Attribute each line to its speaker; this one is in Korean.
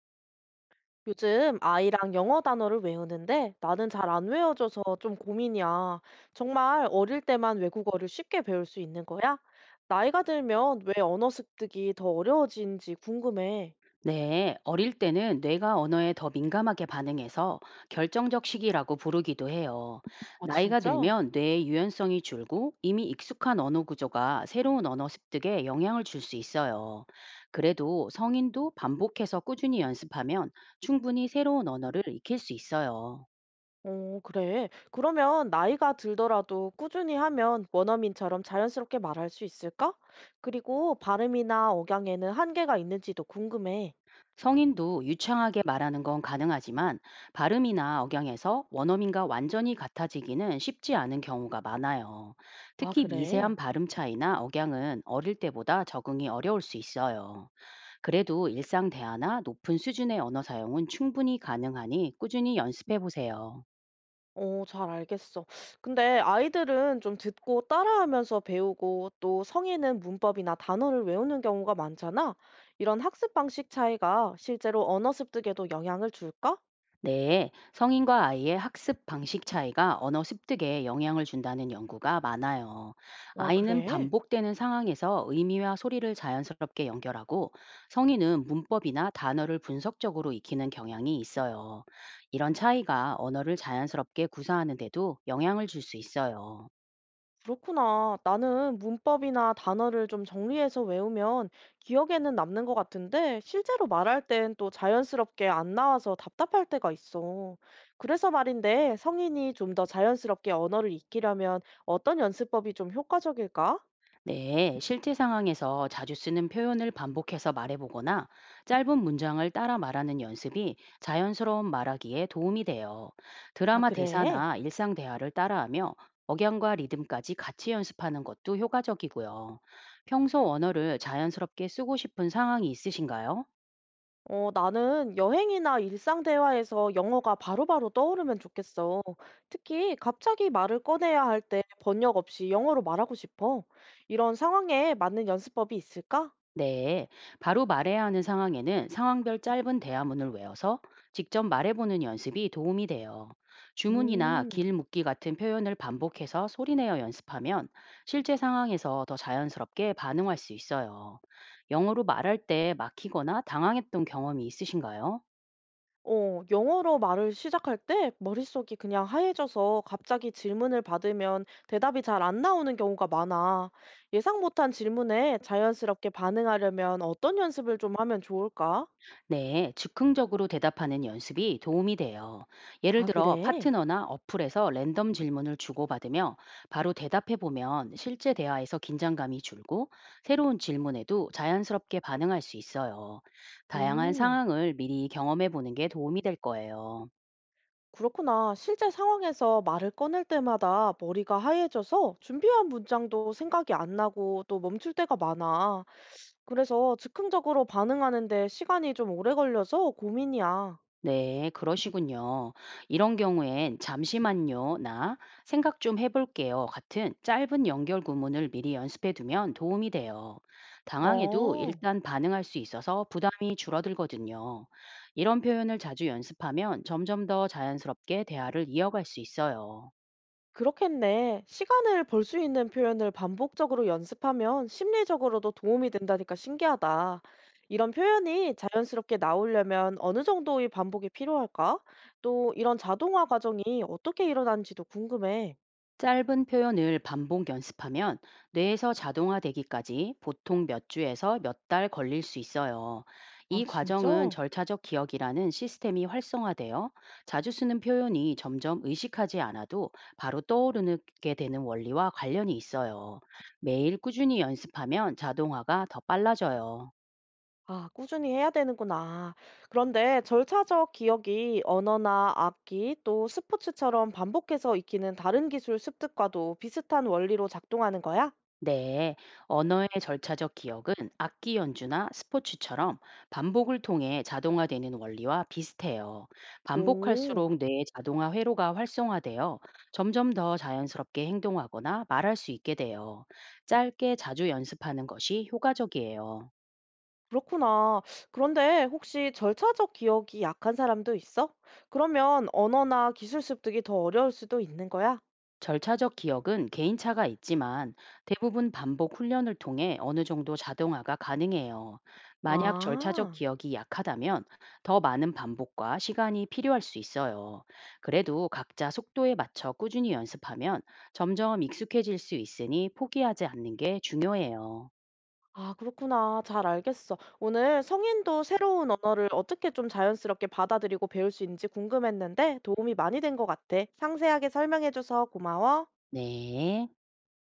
Speaker 1: 요즘 아이랑 영어 단어를 외우는데 나는 잘 안 외워져서 좀 고민이야. 정말 어릴 때만 외국어를 쉽게 배울 수 있는 거야? 나이가 들면 왜 언어 습득이 더 어려워지는지 궁금해.
Speaker 2: 네, 어릴 때는 뇌가 언어에 더 민감하게 반응해서 결정적 시기라고 부르기도 해요.
Speaker 1: 아,
Speaker 2: 나이가
Speaker 1: 진짜?
Speaker 2: 들면 뇌의 유연성이 줄고 이미 익숙한 언어 구조가 새로운 언어 습득에 영향을 줄 수 있어요. 그래도 성인도 반복해서 꾸준히 연습하면 충분히 새로운 언어를 익힐 수 있어요.
Speaker 1: 어, 그래. 그러면 나이가 들더라도 꾸준히 하면 원어민처럼 자연스럽게 말할 수 있을까? 그리고 발음이나 억양에는 한계가 있는지도 궁금해.
Speaker 2: 성인도 유창하게 말하는 건 가능하지만 발음이나 억양에서 원어민과 완전히 같아지기는 쉽지 않은 경우가 많아요.
Speaker 1: 아,
Speaker 2: 특히 미세한
Speaker 1: 그래.
Speaker 2: 발음 차이나 억양은 어릴 때보다 적응이 어려울 수 있어요. 그래도 일상 대화나 높은 수준의 언어 사용은 충분히 가능하니 꾸준히 연습해 보세요.
Speaker 1: 어, 잘 알겠어. 근데 아이들은 좀 듣고 따라하면서 배우고 또 성인은 문법이나 단어를 외우는 경우가 많잖아. 이런 학습 방식 차이가 실제로 언어 습득에도 영향을 줄까?
Speaker 2: 네, 성인과 아이의 학습 방식 차이가 언어 습득에 영향을 준다는 연구가 많아요.
Speaker 1: 와,
Speaker 2: 아이는
Speaker 1: 그래?
Speaker 2: 반복되는 상황에서 의미와 소리를 자연스럽게 연결하고 성인은 문법이나 단어를 분석적으로 익히는 경향이 있어요. 이런 차이가 언어를 자연스럽게 구사하는 데도 영향을 줄 수 있어요.
Speaker 1: 그렇구나. 나는 문법이나 단어를 좀 정리해서 외우면 기억에는 남는 것 같은데 실제로 말할 땐 또 자연스럽게 안 나와서 답답할 때가 있어. 그래서 말인데 성인이 좀 더 자연스럽게 언어를 익히려면 어떤 연습법이 좀 효과적일까?
Speaker 2: 네, 실제 상황에서 자주 쓰는 표현을 반복해서 말해보거나 짧은 문장을 따라 말하는 연습이 자연스러운 말하기에 도움이 돼요.
Speaker 1: 아,
Speaker 2: 드라마
Speaker 1: 그래?
Speaker 2: 대사나 일상 대화를 따라하며 억양과 리듬까지 같이 연습하는 것도 효과적이고요. 평소 언어를 자연스럽게 쓰고 싶은 상황이 있으신가요?
Speaker 1: 어, 나는 여행이나 일상 대화에서 영어가 바로바로 떠오르면 좋겠어. 특히 갑자기 말을 꺼내야 할 때 번역 없이 영어로 말하고 싶어. 이런 상황에 맞는 연습법이 있을까?
Speaker 2: 네, 바로 말해야 하는 상황에는 상황별 짧은 대화문을 외워서 직접 말해보는 연습이 도움이 돼요. 주문이나
Speaker 1: 음.
Speaker 2: 길 묻기 같은 표현을 반복해서 소리내어 연습하면 실제 상황에서 더 자연스럽게 반응할 수 있어요. 영어로 말할 때 막히거나 당황했던 경험이 있으신가요?
Speaker 1: 어, 영어로 말을 시작할 때 머릿속이 그냥 하얘져서 갑자기 질문을 받으면 대답이 잘 안 나오는 경우가 많아. 예상 못한 질문에 자연스럽게 반응하려면 어떤 연습을 좀 하면 좋을까?
Speaker 2: 네, 즉흥적으로 대답하는 연습이 도움이 돼요. 예를
Speaker 1: 아,
Speaker 2: 들어
Speaker 1: 그래?
Speaker 2: 파트너나 어플에서 랜덤 질문을 주고받으며 바로 대답해 보면 실제 대화에서 긴장감이 줄고 새로운 질문에도 자연스럽게 반응할 수 있어요. 다양한
Speaker 1: 음.
Speaker 2: 상황을 미리 경험해 보는 게 도움이 될 거예요.
Speaker 1: 그렇구나. 실제 상황에서 말을 꺼낼 때마다 머리가 하얘져서 준비한 문장도 생각이 안 나고 또 멈출 때가 많아. 그래서 즉흥적으로 반응하는데 시간이 좀 오래 걸려서 고민이야.
Speaker 2: 네, 그러시군요. 이런 경우엔 "잠시만요, 나 생각 좀 해볼게요." 같은 짧은 연결 구문을 미리 연습해 두면 도움이 돼요. 당황해도
Speaker 1: 어.
Speaker 2: 일단 반응할 수 있어서 부담이 줄어들거든요. 이런 표현을 자주 연습하면 점점 더 자연스럽게 대화를 이어갈 수 있어요.
Speaker 1: 그렇겠네. 시간을 벌 수 있는 표현을 반복적으로 연습하면 심리적으로도 도움이 된다니까 신기하다. 이런 표현이 자연스럽게 나오려면 어느 정도의 반복이 필요할까? 또 이런 자동화 과정이 어떻게 일어나는지도 궁금해.
Speaker 2: 짧은 표현을 반복 연습하면 뇌에서 자동화되기까지 보통 몇 주에서 몇 달 걸릴 수 있어요.
Speaker 1: 아,
Speaker 2: 이 과정은
Speaker 1: 진짜?
Speaker 2: 절차적 기억이라는 시스템이 활성화되어 자주 쓰는 표현이 점점 의식하지 않아도 바로 떠오르게 되는 원리와 관련이 있어요. 매일 꾸준히 연습하면 자동화가 더 빨라져요.
Speaker 1: 아, 꾸준히 해야 되는구나. 그런데 절차적 기억이 언어나 악기 또 스포츠처럼 반복해서 익히는 다른 기술 습득과도 비슷한 원리로 작동하는 거야?
Speaker 2: 네, 언어의 절차적 기억은 악기 연주나 스포츠처럼 반복을 통해 자동화되는 원리와 비슷해요.
Speaker 1: 오.
Speaker 2: 반복할수록 뇌의 자동화 회로가 활성화되어 점점 더 자연스럽게 행동하거나 말할 수 있게 돼요. 짧게 자주 연습하는 것이 효과적이에요.
Speaker 1: 그렇구나. 그런데 혹시 절차적 기억이 약한 사람도 있어? 그러면 언어나 기술 습득이 더 어려울 수도 있는 거야?
Speaker 2: 절차적 기억은 개인차가 있지만 대부분 반복 훈련을 통해 어느 정도 자동화가 가능해요. 만약 절차적
Speaker 1: 아,
Speaker 2: 기억이 약하다면 더 많은 반복과 시간이 필요할 수 있어요. 그래도 각자 속도에 맞춰 꾸준히 연습하면 점점 익숙해질 수 있으니 포기하지 않는 게 중요해요.
Speaker 1: 아, 그렇구나. 잘 알겠어. 오늘 성인도 새로운 언어를 어떻게 좀 자연스럽게 받아들이고 배울 수 있는지 궁금했는데 도움이 많이 된 것 같아. 상세하게 설명해줘서 고마워.
Speaker 2: 네.